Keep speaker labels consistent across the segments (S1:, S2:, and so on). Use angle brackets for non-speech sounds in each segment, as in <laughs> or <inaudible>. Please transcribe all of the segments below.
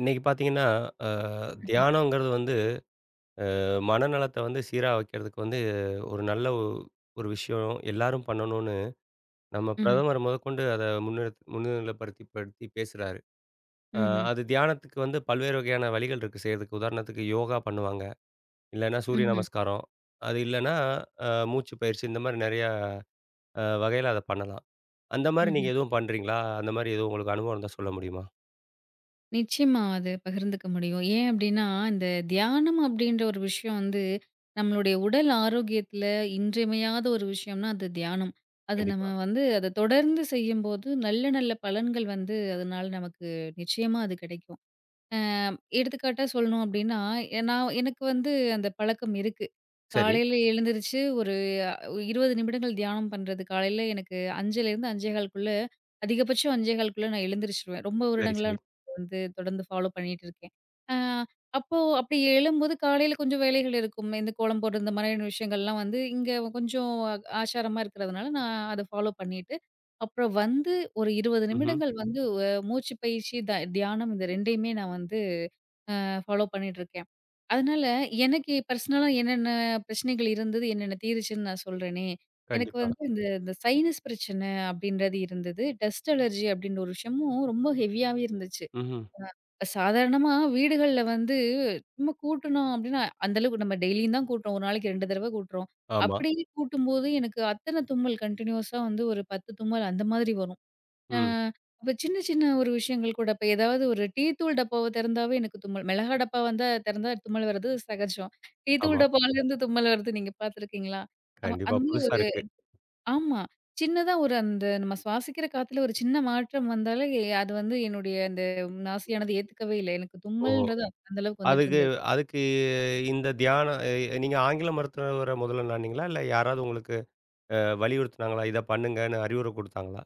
S1: இன்னைக்கு பார்த்தீங்கன்னா, அ
S2: ம்ஹ்ம்.
S1: தியானம்ங்கிறது வந்து மனநலத்த வந்து சீரா வைக்கிறதுக்கு வந்து ஒரு நல்ல ஒரு விஷயம். எல்லாரும் பண்ணணும்னு நம்ம
S2: ம்ஹ்ம்.
S1: பிரதமர் முதற்கொண்டு அத முன்னிலைப்படுத்தி பேசுறாரு. அ
S2: ம்ஹ்ம்.
S1: அது தியானத்துக்கு வந்து பல்வேறு வகையான வழிகள் இருக்கு செய்றதுக்கு. உதாரணத்துக்கு யோகா பண்ணுவாங்க. இல்லன்னா சூரிய
S2: ம்ஹ்ம்.
S1: நமஸ்காரம். அது இல்லன்னா மூச்சு பயிற்சி இந்த மாரி நெறையா வகையில அத பண்ணலாம். அந்த மாரி நீங்க
S2: ம்ஹ்ம்.
S1: எதுவும் பண்றீங்களா? அந்த மாரி எதுவும் உங்களுக்கு அனுபவம் இருந்தா சொல்ல முடியுமா?
S2: நிச்சயமா அது பகிர்ந்துக்க முடியும். ஏன் அப்டின்னா, இந்த தியானம் அப்டின்ற ஒரு விஷயம் வந்து, நம்மளுடைய உடல் ஆரோக்கியத்துல இன்றியமையாத ஒரு விஷயம்னா அது தியானம். அது நம்ம
S1: கண்டிப்பா.
S2: வந்து அத தொடர்ந்து செய்யும்போது நல்ல நல்ல பலன்கள் வந்து அதனால நமக்கு நிச்சயமா அது கிடைக்கும். எடுத்துக்காட்டா சொல்லணும் அப்டின்னா, நான் எனக்கு வந்து அந்த பழக்கம் இருக்கு.
S1: சரி,
S2: காலையில எழுந்திருச்சு ஒரு அ 20 நிமிடங்கள் தியானம் பண்றது. காலையில எனக்கு 5:00லேருந்து 5:15க்குள்ள அதிகபட்சம் 5:15க்குள்ள நான் எழுந்திருச்சுருவேன். ரொம்ப
S1: சரி,
S2: வருடங்களா
S1: சரி.
S2: நான் வந்து தொடர்ந்து ஃபாலோ பண்ணிட்டு இருக்கேன். அ அப்போ அப்டி எழும்போது காலையில கொஞ்சம் வேலைகள் இருக்கும். இந்த கோலம் போடுறது இந்த மாதிரியான விஷயங்கள்லாம் வந்து இங்க கொஞ்சம் ஆச்சாரமா இருக்கிறதுனால நான் அத ஃபாலோ பண்ணிட்டு, அப்புறம் வந்து ஒரு 20
S1: ம்ஹ்ம்.
S2: நிமிடங்கள் வந்து மூச்சு பயிற்சி, தியானம் இந்த 2யுமே நான் வந்து ஃபாலோ பண்ணிட்டுருக்கேன். அதனால எனக்கு பர்சனலா என்னென்ன பிரச்சனைகள் இருந்தது, என்னென்ன தீருச்சுன்னு நான் சொல்றேனே. எனக்கு
S1: கண்டிப்பா.
S2: வந்து இந்த இந்த சைனஸ் பிரச்சனை அப்படின்றது இருந்தது. டஸ்ட் அலர்ஜி அப்படின்ற ஒரு விஷயமும் ரொம்ப ஹெவியாவே இருந்துச்சு.
S1: ம்ஹ்ம்.
S2: இப்ப சாதாரணமா வீடுகள்ல வந்து சும்மா கூட்டுனோம் அப்படின்னா, அந்த அளவுக்கு நம்ம டெய்லியும் தான் கூட்டுறோம். ஒரு நாளைக்கு 2 தடவ கூட்டுறோம்.
S1: ஆமா.
S2: அப்படியே கூட்டும்போது எனக்கு அத்தன தும்மல் கன்டினியூஸா வந்து ஒரு 10 தும்மல் அந்த மாதிரி வரும்.
S1: ம்.
S2: ஆ,
S1: ஆமாம்.
S2: அப்ப சின்ன சின்ன ஒரு விஷயங்கள் கூட இப்ப ஏதாவது ஒரு டீ தூள் டப்பாவ திறந்தாவே எனக்கு தும்மல். மிளகா டப்பா வந்தா திறந்தா தும்மல் வர்றது சகஜம். டீ தூள்
S1: ஆமா.
S2: டப்பாலருந்து தும்மல் வருது நீங்க பார்த்துருக்கீங்களா?
S1: கண்டிப்பா.
S2: அந்த மாதிரி
S1: புதுசா
S2: ஒரு
S1: இருக்கு.
S2: ஆமா. சின்னதா ஒரு அந்த நம்ம சுவாசிக்கிற காத்துல ஒரு சின்ன மாற்றம் வந்தாலே, அது வந்து என்னுடைய அந்த நாசியானது ஏத்துக்கவே இல்ல. எனக்கு
S1: ஓஹோ!
S2: தும்மல்ன்றது அந்த அளவுக்கு வந்துட்டு
S1: அதுக்கு
S2: இருந்தது.
S1: அதுக்கு இந்த தியானம் நீங்க ஆங்கில மருத்துவர முதல்ல நாடுனீங்களா? இல்ல யாராவது உங்களுக்கு அ வலியுறுத்துனாங்களா? இத பண்ணுங்கன்னு அறிவுரை குடுத்தாங்களா?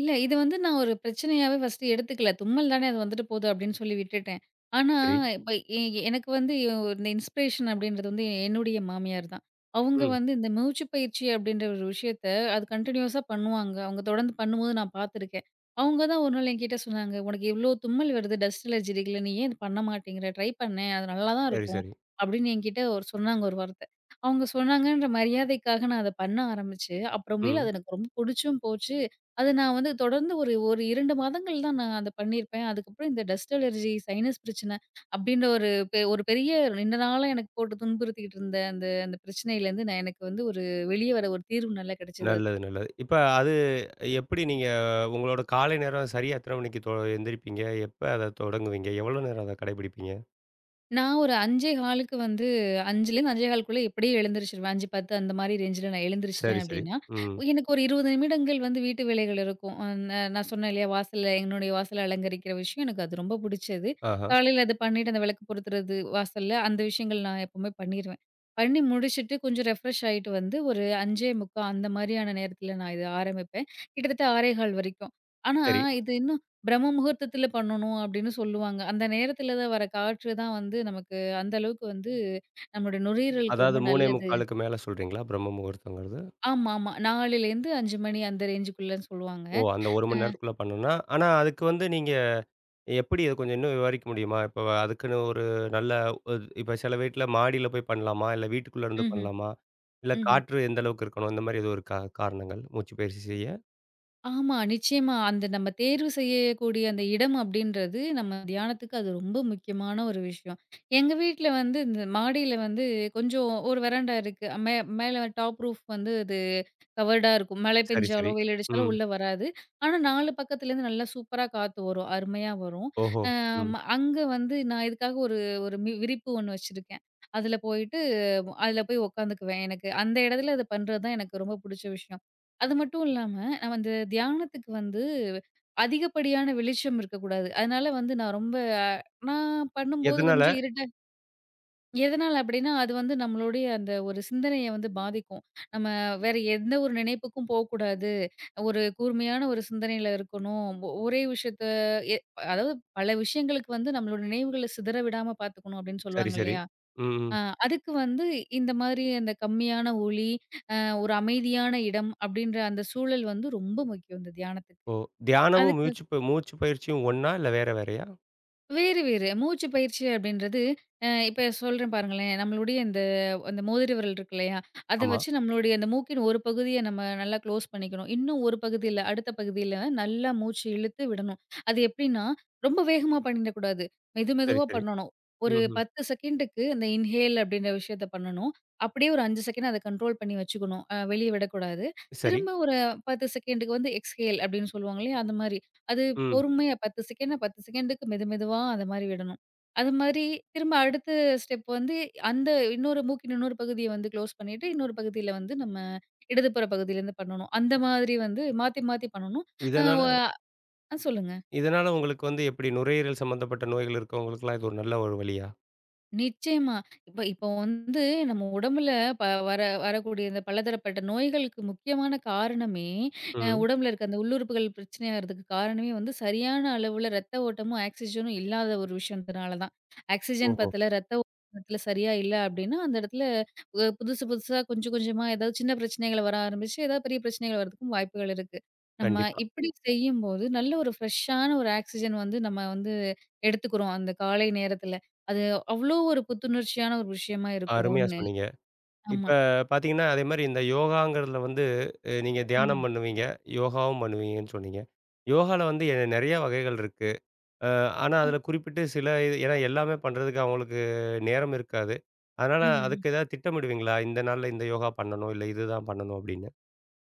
S2: இல்ல. இது வந்து நான் ஒரு பிரச்சனையாவே ஃபர்ஸ்ட்டு எடுத்துக்கல. தும்மல் தானே அது வந்துட்டு போது அப்படின்னு சொல்லி விட்டுட்டேன். ஆனா,
S1: சரி.
S2: இப்ப எ எ- எனக்கு வந்து ஒரு இந்த இன்ஸ்பிரேஷன் அப்படின்றது வந்து என்னுடைய மாமியார் தான். அவங்க
S1: ம்.
S2: வந்து இந்த மூச்சு பயிற்சி அப்படின்ற ஒரு விஷயத்த அது கன்டினியூஸா பண்ணுவாங்க. அவங்க தொடர்ந்து பண்ணும்போது நான் பார்த்துருக்கேன். அவங்க தான் ஒரு நாள் என்கிட்ட சொன்னாங்க, "உனக்கு இவ்ளோ தும்மல் வருது டஸ்ட் அலர்ஜி இருக்குல்ல, நீ ஏன் இது பண்ண மாட்டேங்கிற? ட்ரை பண்ணேன். அது நல்லா தான்
S1: சரி,
S2: இருக்கும்."
S1: சரி.
S2: அப்படின்னு என்கிட்ட ஒரு சொன்னாங்க ஒரு வார்த்தை. அவங்க சொன்னாங்கன்ற மரியாதைக்காக நான் அத பண்ண ஆரம்பிச்சு, அப்புறமேலு
S1: ம்.
S2: அது எனக்கு ரொம்ப புடிச்சும் போச்சு. அது நான் வந்து தொடர்ந்து ஒரு ஒரு 2 மாதங்கள் தான் நான் அத பண்ணியிருப்பேன். அதுக்கப்புறம் இந்த டஸ்ட் அலர்ஜி, சைனஸ் பிரச்சனை அப்டின்ற ஒரு பெரிய நீண்ட நாளா எனக்கு போட்டு துன்புறுத்திக்கிட்டு இருந்த அந்த அந்த பிரச்சனையிலேருந்து நான் எனக்கு வந்து ஒரு வெளிய வர ஒரு தீர்வு நல்லா கிடைச்சது.
S1: நல்லது, நல்லது. இப்ப அது எப்படி நீங்க உங்களோட காலை நேரம் சரியா எத்தன மணிக்கு எந்திரிப்பீங்க? எப்ப அத தொடங்குவீங்க? எவ்வளோ நேரம் அத கடைபிடிப்பீங்க?
S2: நான் ஒரு 5.15க்கு வந்து 5லேருந்து 5.15க்குள்ள எப்படியும் எழுந்திரிச்சுருவேன். 5:10 அந்த மாரி ரேஞ்சில நான் எழுந்திரிச்சுட்டேன்
S1: சரி, சரி.
S2: அப்படின்னா,
S1: ம்.
S2: எனக்கு ஒரு 20 நிமிடங்கள் வந்து வீட்டு வேலைகள் இருக்கும். அ ந நான் சொன்னேன் இல்லையா, வாசல்ல என்னுடைய வாசல அலங்கரிக்கிற விஷயம் எனக்கு அது ரொம்ப புடிச்சது.
S1: ஆஹா.
S2: காலையில அது பண்ணிட்டு அந்த விளக்கு பொருத்துறது வாசல்ல, அந்த விஷயங்கள் நான் எப்பவுமே பண்ணிருவேன். பண்ணி முடிச்சுட்டு கொஞ்சம் ரெஃப்ரெஷ் ஆயிட்டு வந்து ஒரு 5:45 அந்த மாரியான நேரத்தில நான் இத ஆரம்பிப்பேன். கிட்டத்தட்ட 6:15 வரைக்கும். ஆனா,
S1: சரி.
S2: இது இன்னும் பிரம்ம முகூர்த்தத்தில பண்ணணும் அப்படின்னு சொல்லுவாங்க. அந்த நேரத்தில தான் வர காற்று தான் வந்து நமக்கு அந்த அளவுக்கு வந்து நம்மளுடைய நுரையீரலுக்கு
S1: அதாவது
S2: ரொம்ப நல்லது.
S1: 3:45க்கு மேல சொல்றீங்களா? பிரம்ம முகூர்த்தங்கிறது?
S2: ஆமா, ஆமா. 4லேருந்து 5 மணி அந்த ரேஞ்சுக்குள்ளன்னு சொல்லுவாங்க.
S1: ஓ! அந்த 1
S2: அ
S1: மணி நேரத்துக்குள்ள பண்ணணும்னா, ஆனா அதுக்கு வந்து நீங்க எப்படி அத கொஞ்சம் இன்னும் விவரிக்க முடியுமா? இப்ப அதுக்குன்னு ஒரு நல்ல இப்ப சில வீட்ல மாடியில போய் பண்ணலாமா? இல்ல வீட்டுக்குள்ள இருந்து
S2: ம்ஹ்ம்,
S1: பண்ணலாமா? இல்ல
S2: ம்ஹ்ம்.
S1: காற்று எந்த அளவுக்கு இருக்கணும்? இந்த மாரி எதுவும் இருக்கா காரணங்கள்? மூச்சு பயிற்சி செய்ய?
S2: ஆமா, நிச்சயமா. அந்த நம்ம தேர்வு செய்யக்கூடிய அந்த இடம் அப்படின்றது நம்ம தியானத்துக்கு அது ரொம்ப முக்கியமான ஒரு விஷயம். எங்க வீட்ல வந்து இந்த மாடியில வந்து கொஞ்சம் ஒரு வெராண்டா இருக்கு. மேல டாப் ரூஃப் வந்து அது கவர்டா இருக்கும். மழை
S1: சரி,
S2: பெஞ்சாலோ,
S1: சரி.
S2: வெயில் அடிச்சாலோ
S1: ம்.
S2: உள்ள வராது. ஆனா 4 பக்கத்துலேருந்து நல்லா சூப்பரா காத்து வரும். அருமையா வரும்.
S1: ஓஹோ! ம்.
S2: அங்க வந்து நான் இதுக்காக ஒரு ஒரு மி விரிப்பு ஒண்ணு வச்சிருக்கேன். அதுல போயிட்டு அதுல போய் உட்காந்துக்குவேன். எனக்கு அந்த இடத்துல அத பண்றது தான் எனக்கு ரொம்ப புடிச்ச விஷயம். அது மட்டும் இல்லாம, நம்ம அந்த தியானத்துக்கு வந்து அதிகப்படியான வெளிச்சம் இருக்கக்கூடாது. அதனால வந்து நான் ரொம்ப அஹ், நான் பண்ணும்போது
S1: எதனால?
S2: கொஞ்சம் இருட்டா எதனால அப்டின்னா, அது வந்து நம்மளுடைய அந்த ஒரு சிந்தனைய வந்து பாதிக்கும். நம்ம வேற எந்த ஒரு நினைப்புக்கும் போக்கூடாது. ஒரு கூர்மையான ஒரு சிந்தனையில இருக்கணும். ஒரே விஷயத்த எ அதாவது பல விஷயங்களுக்கு வந்து நம்மளோட நினைவுகள சிதற விடாம பார்த்துக்கணும் அப்டின்னு
S1: சரி,
S2: சொல்லுவாங்க
S1: சரி.
S2: இல்லையா?
S1: ம், ம்.
S2: அ அதுக்கு வந்து இந்த மாதிரி அந்த கம்மியான ஒலி, அ ஒரு அமைதியான இடம் அப்டின்ற அந்த சூழல் வந்து ரொம்ப முக்கியம் இந்த தியானத்துக்கு.
S1: ஓ! தியானமும்
S2: அதுக்கு
S1: மூச்சு மூச்சு பயிற்சியும் ஒண்ணா? இல்ல வேற வேறயா?
S2: வேறு, வேறு. மூச்சு பயிற்சி அப்படின்றது, இப்ப சொல்றேன் பாருங்களேன். நம்மளுடைய இந்த அந்த மோதிர விரல் இருக்கு இல்லையா? அத
S1: ஆமா.
S2: வச்சு நம்மளுடைய அந்த மூக்கின் ஒரு பகுதிய நம்ம நல்லா க்ளோஸ் பண்ணிக்கணும். இன்னும் ஒரு பகுதியில, அடுத்த பகுதியில நல்லா மூச்சு இழுத்து விடணும். அது எப்படின்னா, ரொம்ப வேகமா பண்ணிடக்கூடாது. மெது
S1: சரி,
S2: மெதுவா
S1: சரி.
S2: பண்ணணும். ஒரு
S1: ம்ஹ்ம்.
S2: 10 செகண்டுக்கு அந்த இன்ஹேல் அப்படின்ற விஷயத்த பண்ணணும். அப்படியே ஒரு 5 செகண்ட் அத கண்ட்ரோல் பண்ணி வச்சுக்கணும். வெளிய விடக்கூடாது.
S1: சரி.
S2: திரும்ப ஒரு 10 செகண்டுக்கு வந்து எக்ஸ்ஹேல் அப்படின்னு சொல்லுவாங்க இல்லையா? அந்த மாரி. அது
S1: ம்.
S2: பொறுமையா 10 செகண்ட், 10 செகண்டுக்கு மெது மெதுவா அந்த மாரி விடணும். அது மாரி திரும்ப அடுத்த ஸ்டெப் வந்து அந்த இன்னொரு மூக்கின் இன்னொரு பகுதிய வந்து க்ளோஸ் பண்ணிட்டு, இன்னொரு பகுதியில வந்து நம்ம இடதுபுற பகுதியிலேருந்து பண்ணணும். அந்த மாதிரி வந்து மாத்தி மாத்தி பண்ணணும். அ
S1: இதனால
S2: ஒ அ சொல்லுங்க.
S1: இதனால உங்களுக்கு வந்து எப்படி நுரையீரல் சம்மந்தப்பட்ட நோய்கள் இருக்கவங்களுக்கெல்லாம் இது ஒரு நல்ல ஒரு வழியா?
S2: நிச்சயமா. இப்போ வந்து நம்ம உடம்புல வர வரக்கூடிய இந்த பலதரப்பட்ட நோய்களுக்கு முக்கியமான காரணமே,
S1: ம்.
S2: உடம்புல இருக்க அந்த உள்ளுறுப்புகள் பிரச்சனையாகிறதுக்கு காரணமே வந்து சரியான அளவுல ரத்த ஓட்டமும், ஆக்ஸிஜனும் இல்லாத ஒரு விஷயத்தினால தான். ஆக்ஸிஜன்
S1: ஓஹோ!
S2: பத்தல, ரத்த ஓட்டத்துல சரியா இல்ல அப்டின்னா, அந்த இடத்துல புதுசு புதுசா கொஞ்சம் கொஞ்சமா ஏதாவது சின்ன பிரச்சனைகள் வர ஆரம்பிச்சு, ஏதாவது பெரிய பிரச்சனைகள் வரதுக்கும் வாய்ப்புகள் இருக்கு. நம்ம
S1: கண்டிப்பா.
S2: இப்டி செய்யும்போது நல்ல ஒரு ஃப்ரெஷ்ஷான ஒரு ஆக்ஸிஜன் வந்து நம்ம வந்து எடுத்துக்கிறோம் அந்த காலை நேரத்துல. அது அவ்ளோ ஒரு புத்துணர்ச்சியான ஒரு விஷயமா இருக்கும்
S1: அருமையா
S2: ஒண்ணு.
S1: சொன்னீங்க. இப்ப
S2: ஆமா.
S1: பாத்தீங்கன்னா, அதே மாரி இந்த யோகாங்கிறதுல வந்து நீங்க தியானம்
S2: ம்.
S1: பண்ணுவீங்க, யோகாவும் பண்ணுவீங்கன்னு சொன்னீங்க. யோகால வந்து நெறைய வகைகள் இருக்கு. அ ஆனா
S2: அ
S1: அதுல குறிப்பிட்டு சில இது ஏன்னா எல்லாமே பண்றதுக்கு அவங்களுக்கு நேரம் இருக்காது. அதனால
S2: ம்ஹ்ம்.
S1: அதுக்கு ஏதாவது திட்டமிடுவீங்களா? இந்த நாள்ல இந்த யோகா பண்ணணும், இல்ல இதுதான் பண்ணணும் அப்படின்னு.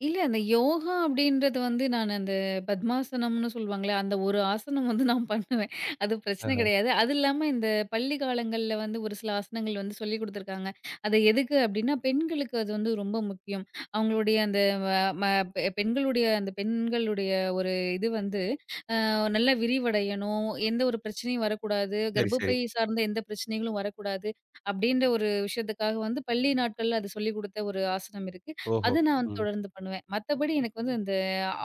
S2: இல்ல அந்த யோகா அப்படின்றது வந்து நான் அந்த பத்மாசனம்னு சொல்லுவாங்கல்ல, அந்த ஒரு ஆசனம் வந்து நான் பண்ணுவேன். அது பிரச்சனை
S1: ஆஹா.
S2: கிடையாது. அது இல்லாம இந்த பள்ளி காலங்கள்ல வந்து ஒரு சில ஆசனங்கள் வந்து சொல்லிக் குடுத்துருக்காங்க. அது எதுக்கு அப்படின்னா, பெண்களுக்கு அது வந்து ரொம்ப முக்கியம். அவங்களுடைய அந்த வ ம பெ பெண்களுடைய அந்த பெண்களுடைய ஒரு இது வந்து நல்லா விரிவடையணும். எந்த ஒரு பிரச்சனையும் வரக்கூடாது.
S1: சரி, சரி.
S2: கர்ப்பப்பை சார்ந்த எந்த பிரச்சனைகளும் வரக்கூடாது. அப்டின்ற ஒரு விஷயத்துக்காக வந்து பள்ளி நாட்கள்ல அது சொல்லிக் குடுத்த ஒரு ஆசனம் இருக்கு.
S1: ஓஹோ!
S2: அத நான் வந்து
S1: ம்.
S2: தொடர்ந்து பண்ணுவேன். மத்தபடி எனக்கு வந்து இந்த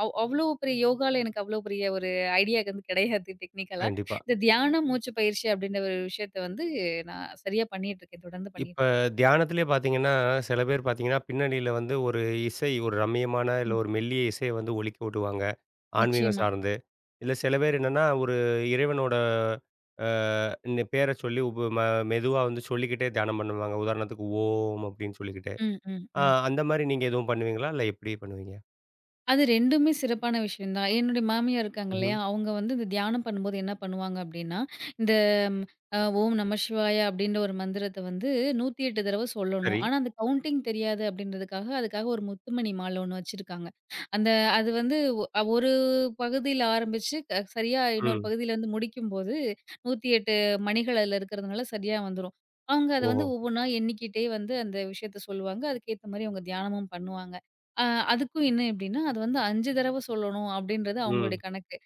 S2: அவ்ளோ பெரிய யோகால எனக்கு அவ்ளோ பெரிய ஒரு ஐடியா வந்து கிடையாது டெக்னிக்கலா.
S1: கண்டிப்பா.
S2: இந்த தியானம், மூச்சு பயிற்சி அப்டின்ற ஒரு விஷயத்த வந்து நான் சரியா பண்ணிட்டுருக்கேன். தொடர்ந்து
S1: இப்ப
S2: பண்ணிட்டுருக்கேன்.
S1: தியானத்திலே பாத்தீங்கன்னா, சில பேர் பாத்தீங்கன்னா, பின்னணியில வந்து ஒரு இசை, ஒரு ரம்மியமான இல்ல
S2: ம்.
S1: ஒரு மெல்லிய இசைய வந்து ஒலிக்க விடுவாங்க. ஆன்மீகம்
S2: நிச்சயமா.
S1: சார்ந்து. இல்ல சில பேர் என்னன்னா, ஒரு இறைவனோட அ இந்த பேர சொல்லி மெதுவா வந்து சொல்லிக்கிட்டே தியானம் பண்ணுவாங்க. உதாரணத்துக்கு ஓம் அப்படின்னு சொல்லிக்கிட்டே.
S2: ம், ம்,
S1: அ
S2: ம்.
S1: அந்த மாரி நீங்க எதுவும் பண்ணுவீங்களா? இல்ல எப்படி பண்ணுவீங்க?
S2: அது 2மே சிறப்பான விஷயம் தான். என்னுடைய மாமியார் இருக்காங்க
S1: ம்ஹ்ம்.
S2: இல்லையா, அவங்க வந்து இந்த தியானம் பண்ணும்போது என்ன பண்ணுவாங்க அப்படின்னா, இந்த ஓம் நம சிவாய அப்படின்ற ஒரு மந்திரத்த வந்து 108 தடவ சொல்லணும்.
S1: சரி.
S2: ஆனா அந்த கவுண்டிங் தெரியாது அப்படின்றதுக்காக, அதுக்காக ஒரு முத்துமணி மாலை ஒண்ணு வச்சிருக்காங்க. அந்த அது வந்து ஒரு பகுதியில ஆரம்பிச்சு சரியா இன்னொரு
S1: ம்.
S2: பகுதியில வந்து முடிக்கும்போது 108 மணிகள் அதுல இருக்கிறதுனால சரியா வந்துரும். அவங்க அத
S1: ஓஹோ!
S2: வந்து ஒவ்வொன்னா எண்ணிக்கிட்டே வந்து அந்த விஷயத்த சொல்லுவாங்க. அதுக்கேத்த மாரி அவங்க தியானமும் பண்ணுவாங்க. அ அதுக்கும் என்ன எப்படின்னா, அது வந்து 5 தடவ சொல்லணும் அப்படின்றது
S1: ம்.
S2: அவங்களுடைய கணக்கு.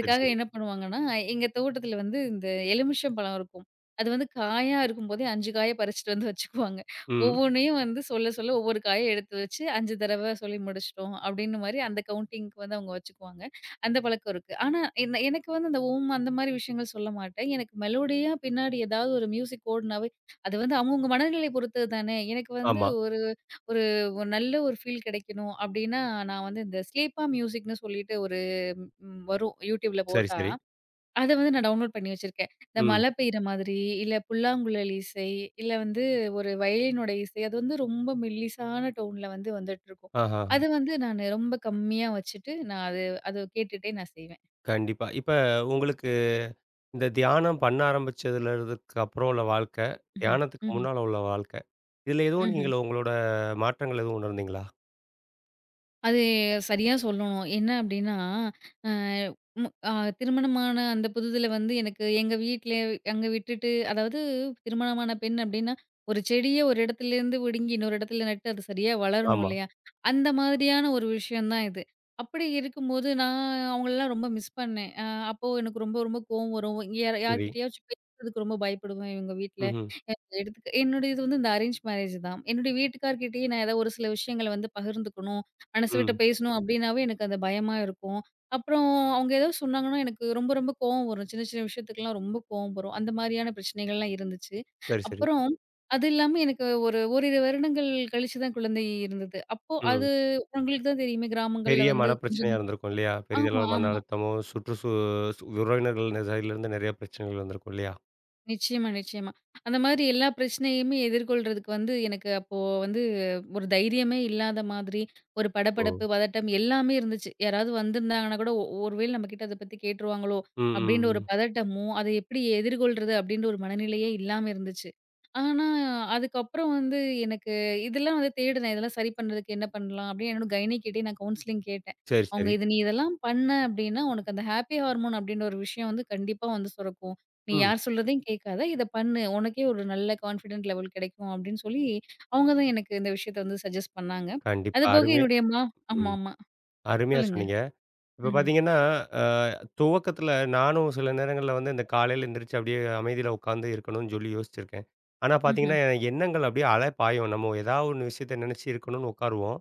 S1: சரி, சரி.
S2: என்ன பண்ணுவாங்கன்னா, எங்க தோட்டத்தில வந்து இந்த எலுமிச்சம் பழம் இருக்கும். அது வந்து காயா இருக்கும்போதே 5 காய பறிச்சுட்டு வந்து வச்சுக்குவாங்க.
S1: ம்.
S2: ஒவ்வொன்னையும் வந்து சொல்ல சொல்ல ஒவ்வொரு காய எடுத்து வச்சு 5 தடவ சொல்லி முடிச்சுட்டோம் அப்படின்னு மாரி அந்த கவுண்டிங்க்கு வந்து அவங்க வச்சுக்குவாங்க. அந்த பழக்கம் இருக்கு. ஆனா என்ன எனக்கு வந்து அந்த ஓம் அந்த மாரி விஷயங்கள் சொல்ல மாட்டேன். எனக்கு மெலோடியா பின்னாடி ஏதாவது ஒரு மியூசிக் ஓடுனாவே அது வந்து அவங்கவங்க மனநிலை பொறுத்தது தானே. எனக்கு வந்து
S1: ஆமா.
S2: ஒரு ஒரு ஒரு நல்ல ஒரு ஃபீல் கிடைக்கணும் அப்டின்னா, நான் வந்து இந்த ஸ்லீப்பா மியூசிக்ன்னு சொல்லிட்டு ஒரு வரும் யூடியூப்ல
S1: சரி,
S2: போட்டா,
S1: சரி.
S2: அத வந்து நான் டவுன்லோட் பண்ணி வச்சிருக்கேன். இந்த
S1: ம்.
S2: மழை பெய்ற மாதிரி, இல்ல புல்லாங்குழல் இசை, இல்ல வந்து ஒரு வயலினோட இசை, அது வந்து ரொம்ப மெல்லிசான டோன்ல வந்து வந்துட்டுருக்கும்.
S1: ஆஹா.
S2: அது வந்து நானு ரொம்ப கம்மியா வச்சுட்டு, நான் அது அது கேட்டுட்டே நான் செய்வேன்.
S1: கண்டிப்பா. இப்ப உங்களுக்கு இந்த தியானம் பண்ண ஆரம்பிச்சதுலதுக்கு அப்புறம் உள்ள வாழ்க்கை,
S2: ம்ஹ்ம்.
S1: தியானத்துக்கு
S2: ம்ஹ்ம்.
S1: முன்னால உள்ள வாழ்க்கை, இதுல எதுவும்
S2: ம்ஹ்ம்.
S1: நீங்கள உங்களோட மாற்றங்கள் எதுவும் உணர்ந்தீங்களா?
S2: அது சரியா சொல்லணும். என்ன அப்டின்னா, அ மு அ திருமணமான அந்த புதிதில வந்து எனக்கு எங்க வீட்ல அங்க விட்டுட்டு அதாவது திருமணமான பெண் அப்டின்னா, ஒரு செடிய ஒரு இடத்துலேருந்து பிடுங்கி இன்னொரு இடத்துல நட்டு அது சரியா வளரணும்
S1: ஆமா.
S2: இல்லையா? அந்த மாதிரியான ஒரு விஷயம் தான் இது. அப்படி இருக்கும்போது நான் அவங்களலாம் ரொம்ப மிஸ் பண்ணேன். அப்போ எனக்கு ரொம்ப ரொம்ப கோவம் வரும். யார்
S1: சரி.
S2: யார்கிட்டயாச்சும் பேசுறதுக்கு ரொம்ப பயப்படுவேன் இவங்க வீட்ல.
S1: ம்ஹ்ம்.
S2: எடுத்துக்க என்னுடைய இது வந்து இந்த அரேஞ்ச் மேரேஜ் தான். என்னுடைய வீட்டுக்கார்கிட்டயே நான் ஏதாவது ஒரு சில விஷயங்கள வந்து பகிர்ந்துக்கணும், மனசு விட்டு
S1: ம்.
S2: பேசணும் அப்டின்னாவே எனக்கு அது பயமா இருக்கும். அப்புறம் அவங்க ஏதோ சொன்னாங்கன்னா, எனக்கு ரொம்ப ரொம்ப கோவம் வரும். சின்ன சின்ன விஷயத்துக்குலாம் ரொம்ப கோவம் வரும். அந்த மாரியான பிரச்சனைகள்லாம் இருந்துச்சு.
S1: சரி, சரி.
S2: அப்புறம் அது இல்லாம எனக்கு ஒரு ஓரிரு வருடங்கள் கழிச்சு தான் குழந்தை இருந்தது. அப்போ
S1: ம்.
S2: அது உங்களுக்கு தான் தெரியுமே கிராமங்கள்ல
S1: பெரிய
S2: வந்து கொஞ்சம்
S1: மனப்பிரச்சனையா இருந்திருக்கும் இல்லையா?
S2: ஆமா,
S1: பெரிதளவு மன
S2: ஆமா.
S1: அழுத்தமோ, சுற்று உறவினர்கள் சைட்லருந்து நெறைய பிரச்சனைகள் வந்திருக்கும் இல்லையா?
S2: நிச்சயமா, நிச்சயமா. அந்த மாதிரி எல்லா பிரச்சனையுமே எதிர்கொள்றதுக்கு வந்து எனக்கு அப்போ வந்து ஒரு தைரியமே இல்லாத மாதிரி, ஒரு
S1: ஓ!
S2: படபடப்பு, பதட்டம் எல்லாமே இருந்துச்சு. யாராவது வந்திருந்தாங்கன்னா கூட, ஒருவேளை நம்மகிட்ட அத பத்தி கேட்டுருவாங்களோ!
S1: ம்,
S2: அப்பிடின்ற
S1: ம்,
S2: ஒரு
S1: ம்.
S2: பதட்டமும், அதை எப்படி எதிர்கொள்றது அப்பிடின்ற ஒரு மனநிலையே இல்லாம இருந்துச்சு. ஆனா, அதுக்கப்புறம் வந்து எனக்கு இதெல்லாம் வந்து தேடுனேன். இதெல்லாம் சரி பண்றதுக்கு என்ன பண்ணலாம்? அப்பிடின்னு என்னோட கைனிக்கிட்டயே நான் கவுன்சிலிங் கேட்டேன்.
S1: சரி,
S2: அவுங்க
S1: சரி.
S2: இது நீ இதெல்லாம் பண்ண அப்பிடின்னா, உனக்கு அந்த ஹாப்பி ஹார்மோன் அப்பிடின்ற ஒரு விஷயம் வந்து கண்டிப்பா வந்து சுரக்கும். நீ
S1: ம்.
S2: யார் சொல்றதையும் கேட்காத. இத பண்ணு. உனக்கே ஒரு நல்ல கான்ஃபிடென்ட் லெவல் கிடைக்கும் அப்படின்னு சொல்லி, அவங்க தான் எனக்கு இந்த விஷயத்த வந்து சஜெஸ்ட் பண்ணாங்க.
S1: கண்டிப்பா.
S2: அதுபோக
S1: அருமையா
S2: என்னுடைய மா
S1: ம்.
S2: ஆமாமா.
S1: அருமையா
S2: சொல்லுங்க.
S1: சொன்னீங்க. இப்ப
S2: ம்ஹ்ம்.
S1: பார்த்தீங்கன்னா, அ துவக்கத்துல நானும் சில நேரங்கள்ல வந்து இந்த காலையில எந்திரிச்சு அப்படியே அமைதியில உட்காந்து இருக்கணும்னு சொல்லி யோசிச்சிருக்கேன். ஆனா
S2: ம்ஹ்ம்.
S1: பார்த்தீங்கன்னா, என் எண்ணங்கள் அப்படியே அலை பாயும். நம்ம ஏதாவது ஒண்ணு விஷயத்த நெனச்சு இருக்கணும்னு உட்காருவோம்.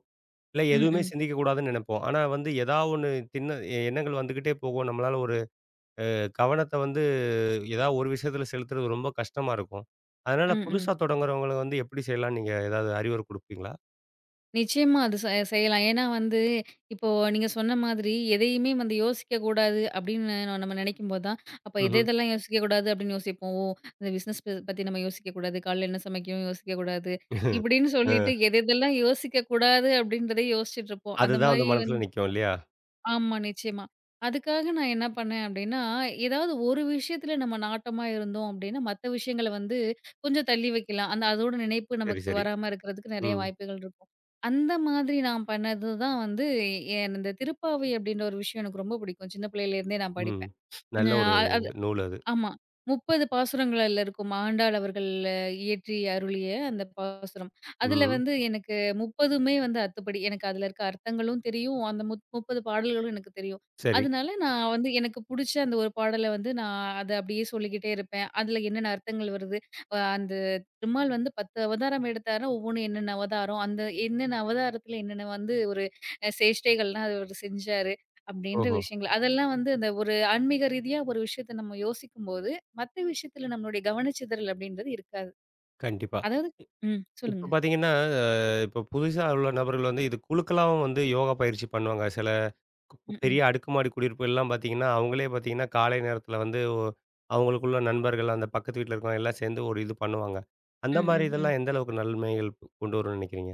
S1: இல்ல
S2: ம்,
S1: எதுவுமே
S2: ம்.
S1: சிந்திக்கக்கூடாதுன்னு நெனைப்போம். ஆனா வந்து ஏதாவது ஒண்ணு திண்ண எண்ணங்கள் வந்துகிட்டே போகும். நம்மளால கவனத்த வந்து ஏதாவது ஒரு விஷயத்துல செலுத்துறது ரொம்ப கஷ்டமா இருக்கும். அதனால
S2: ம், ம்.
S1: புதுசா தொடங்குறவங்கள வந்து எப்படி செய்யலாம்னு நீங்க ஏதாவது அறிவுரை குடுப்பீங்களா?
S2: நிச்சயமா அது செ செய்யலாம். ஏன்னா வந்து இப்போ நீங்க சொன்ன மாதிரி எதையுமே வந்து யோசிக்கக்கூடாது அப்படின்னு நம்ம நினைக்கும்போது தான், அப்ப
S1: ம்ஹ்ம்.
S2: எதெல்லாம் யோசிக்கக்கூடாது அப்படின்னு யோசிப்போம். ஓ! இந்த பிசினஸ் பத்தி நம்ம யோசிக்கக்கூடாது. காலைல என்ன சமைக்கணும் யோசிக்கக்கூடாது.
S1: அ
S2: இப்படின்னு
S1: <laughs>
S2: சொல்லிட்டு எதெல்லாம் யோசிக்கக்கூடாது அப்படின்றதே யோசிச்சுட்டு இருப்போம். அந்த
S1: அதுதான்
S2: மாரி
S1: வந்து மனசுல நிக்கும் இல்லையா?
S2: ஆமா, நிச்சயமா. அதுக்காக நான் என்ன பண்ணேன் அப்டின்னா, ஏதாவது ஒரு விஷயத்துல நம்ம நாட்டமா இருந்தோம் அப்டின்னா, மத்த விஷயங்கள வந்து கொஞ்சம் தள்ளி வைக்கலாம். அந்த அதோட நினைப்பு
S1: சரி,
S2: நமக்கு
S1: சரி.
S2: வராம இருக்கிறதுக்கு நெறைய
S1: ம்,
S2: வாய்ப்புகள் இருக்கும். அந்த மாதிரி நான் பண்ணது தான் வந்து, இந்த திருப்பாவை அப்டின்ற ஒரு விஷயம் எனக்கு ரொம்ப பிடிக்கும். சின்ன பிள்ளையிலேருந்தே நான்
S1: ம்.
S2: படிப்பேன். உம்
S1: நல்ல ஒரு
S2: அ
S1: நூல் அது.
S2: ஆமா. 30 பாசுரங்கள் அதுல இருக்கும். ஆண்டாள் அவர்கள் இயற்றி அருளிய அந்த பாசுரம். அதுல
S1: ம்.
S2: வந்து எனக்கு 30மே வந்து அத்துப்படி. எனக்கு அதுல இருக்க அர்த்தங்களும் தெரியும். அந்த முத் 30 பாடல்களும் எனக்கு தெரியும்.
S1: சரி.
S2: அதனால நான் வந்து எனக்கு புடிச்ச அந்த ஒரு பாடல வந்து நான் அத அப்படியே சொல்லிக்கிட்டே இருப்பேன். அதுல என்னென்ன அர்த்தங்கள் வருது, அந்த பெருமாள் வந்து 10 அவதாரம் எடுத்தாரு. ஒவ்வொன்னும் என்னென்ன அவதாரம், அந்த என்னென்ன அவதாரத்துல என்னென்ன வந்து ஒரு சேஷ்டைகள்லாம் அவரு செஞ்சாரு. அப்படின்ற
S1: ஓஹோ!
S2: விஷயங்கள். அதெல்லாம் வந்து இந்த ஒரு ஆன்மீக ரீதியா ஒரு விஷயத்த நம்ம யோசிக்கும்போது, மத்த விஷயத்துல நம்மளுடைய கவனச்சிதறல் அப்படின்றது இருக்காது.
S1: கண்டிப்பா.
S2: அதாவது ம். சொல்லுங்க.
S1: இப்ப பார்த்தீங்கன்னா, அ இப்ப புதுசா உள்ள நபர்கள் வந்து இது குழுக்களாவும் வந்து யோகா பயிற்சி பண்ணுவாங்க. சில
S2: ம், ம்.
S1: பெரிய அடுக்குமாடி குடியிருப்புகள்லாம் பார்த்தீங்கன்னா, அவங்களே பார்த்தீங்கன்னா, காலை நேரத்தில வந்து அவங்களுக்குள்ள நண்பர்கள், அந்த பக்கத்து வீட்ல இருக்கிறவங்க எல்லாம் சேர்ந்து ஒரு இது பண்ணுவாங்க. அந்த
S2: ம்,
S1: மாரி
S2: ம், ம்.
S1: இதெல்லாம் எந்த அளவுக்கு நன்மைகள் கொண்டு வரும்னு நினைக்கிறீங்க?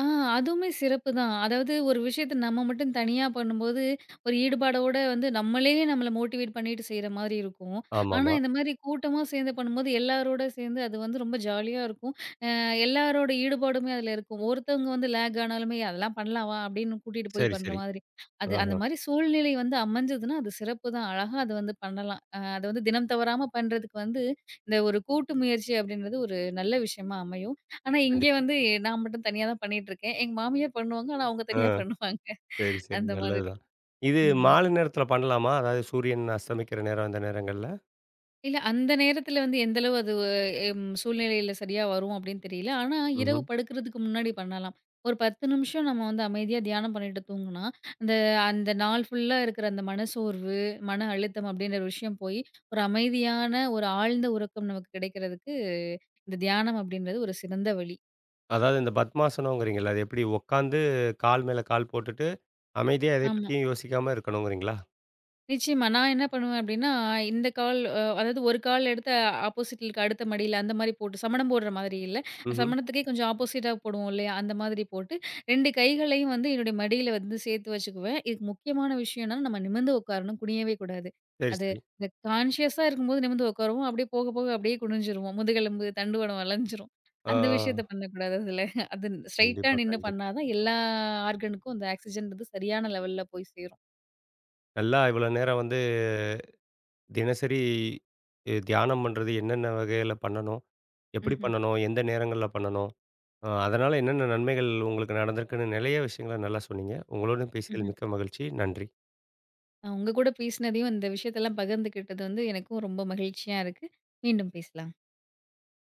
S2: ஆ அதுவுமே சிறப்பு தான். அதாவது ஒரு விஷயத்த நம்ம மட்டும் தனியா பண்ணும்போது, ஒரு ஈடுபாடோட வந்து நம்மளே நம்மள மோட்டிவேட் பண்ணிட்டு செய்ற மாரி இருக்கும். ஆனா
S1: ஆமாமா.
S2: இந்த மாரி கூட்டமா சேர்ந்து பண்ணும்போது எல்லாரோட சேர்ந்து அது வந்து ரொம்ப ஜாலியா இருக்கும். அ எல்லாரோட ஈடுபாடுமே அதுல இருக்கும். ஒருத்தவங்க வந்து லேக் ஆனாலுமே அதெல்லாம் பண்ணலாம் வா அப்படின்னு கூட்டிட்டு போய்
S1: சரி,
S2: பண்ற
S1: சரி.
S2: மாதிரி. அது அந்த
S1: ஆஹா.
S2: மாரி சூழ்நிலை வந்து அமைஞ்சதுன்னா, அது சிறப்பு தான். அழகா அது வந்து பண்ணலாம். அது வந்து தினம் தவறாம பண்றதுக்கு வந்து, இந்த ஒரு கூட்டு முயற்சி அப்படின்றது ஒரு நல்ல விஷயமா அமையும். ஆனா, இங்கே
S1: கண்டிப்பா.
S2: வந்து நான் மட்டும் தனியா தான் பண்ணிட்டுருக்கேன். எங்க மாமியார் பண்ணுவாங்க. ஆனா, அவங்க
S1: ஆ
S2: தனியா பண்ணுவாங்க.
S1: சரி, சரி.
S2: அந்த மாதிரி.
S1: நல்லதுதான். இது மாலை
S2: ம்ஹ்ம்.
S1: நேரத்தில பண்ணலாமா? அதாவது சூரியன் அஸ்தமிக்கிற நேரம் அந்த நேரங்கள்ல?
S2: இல்ல, அந்த நேரத்தில வந்து எந்த அளவு அது சூழ்நிலையில சரியா வரும் அப்படின்னு தெரியல. ஆனா, இரவு
S1: ம்ஹ்ம்.
S2: படுக்கிறதுக்கு முன்னாடி பண்ணலாம். ஒரு 10 நிமிஷம் நம்ம வந்து அமைதியா தியானம் பண்ணிட்டு தூங்குனா, அந்த அந்த நாள் ஃபுல்லா இருக்கிற அந்த மனசோர்வு, மன அழுத்தம் அப்படின்ற ஒரு விஷயம் போய், ஒரு அமைதியான, ஒரு ஆழ்ந்த உறக்கம் நமக்கு கிடைக்கிறதுக்கு, இந்த தியானம் அப்படின்றது ஒரு சிறந்த வழி.
S1: அதாவது இந்த பத்மாசனம்ங்கிறீங்கல்ல, அது எப்படி உட்காந்து கால் மேல கால் போட்டுட்டு அமைதியா எதை
S2: ஆமா.
S1: பத்தியும் யோசிக்காம இருக்கணுங்கிறீங்களா?
S2: நிச்சயமா. நான் என்ன பண்ணுவேன் அப்டின்னா, இந்த கால் அ அதாவது ஒரு கால் எடுத்து ஆப்போசிட்ல இருக்க அடுத்த மடியில அந்த மாரி போட்டு சமணம் போடுற மாதிரி இல்ல.
S1: ம்ஹ்ம்.
S2: சமணத்துக்கே கொஞ்சம் ஆப்போசிட்டா போடுவோம் இல்லையா? அந்த மாதிரி போட்டு 2 கைகளையும் வந்து என்னுடைய மடியில வந்து சேர்த்து வச்சுக்குவேன். இதுக்கு முக்கியமான விஷயம் என்னன்னா, நம்ம நிமிர்ந்து உட்காரணும். குனியவே கூடாது.
S1: சரி,
S2: அது
S1: சரி.
S2: இந்த கான்ஷியஸா இருக்கும்போது நிமிர்ந்து உட்காருவோம். அப்படியே போக போக அப்படியே குனிஞ்சிருவோம். முதுகெலும்பு, தண்டுவடம் வளைஞ்சிரும்.
S1: ஆ,
S2: அந்த விஷயத்த
S1: ஆ.
S2: பண்ணக்கூடாது அதுல. அது ஸ்ட்ரெய்ட்டா
S1: கண்டிப்பா,
S2: நின்னு
S1: கண்டிப்பா.
S2: பண்ணா தான் எல்லா ஆர்கனுக்கும் அந்த ஆக்ஸிஜன்றது சரியான லெவல்ல போய் சேரும்.
S1: நல்லா இவ்வளோ நேரம் வந்து தினசரி தியானம் பண்றது என்னென்ன வகையில பண்ணணும்? எப்படி
S2: ம்ஹ்ம்.
S1: பண்ணணும்? எந்த நேரங்கள்ல பண்ணணும்? அதனால என்னென்ன நன்மைகள் உங்களுக்கு நடந்திருக்குன்னு நெறைய விஷயங்கள நல்லா சொன்னீங்க. உங்களோட பேசியதில்
S2: ம்ஹ்ம்.
S1: மிக்க மகிழ்ச்சி. நன்றி.
S2: உங்க கூட பேசினதையும், இந்த விஷயத்தெல்லாம் பகிர்ந்துக்கிட்டது வந்து எனக்கும் ரொம்ப மகிழ்ச்சியா இருக்கு. மீண்டும் பேசலாம்.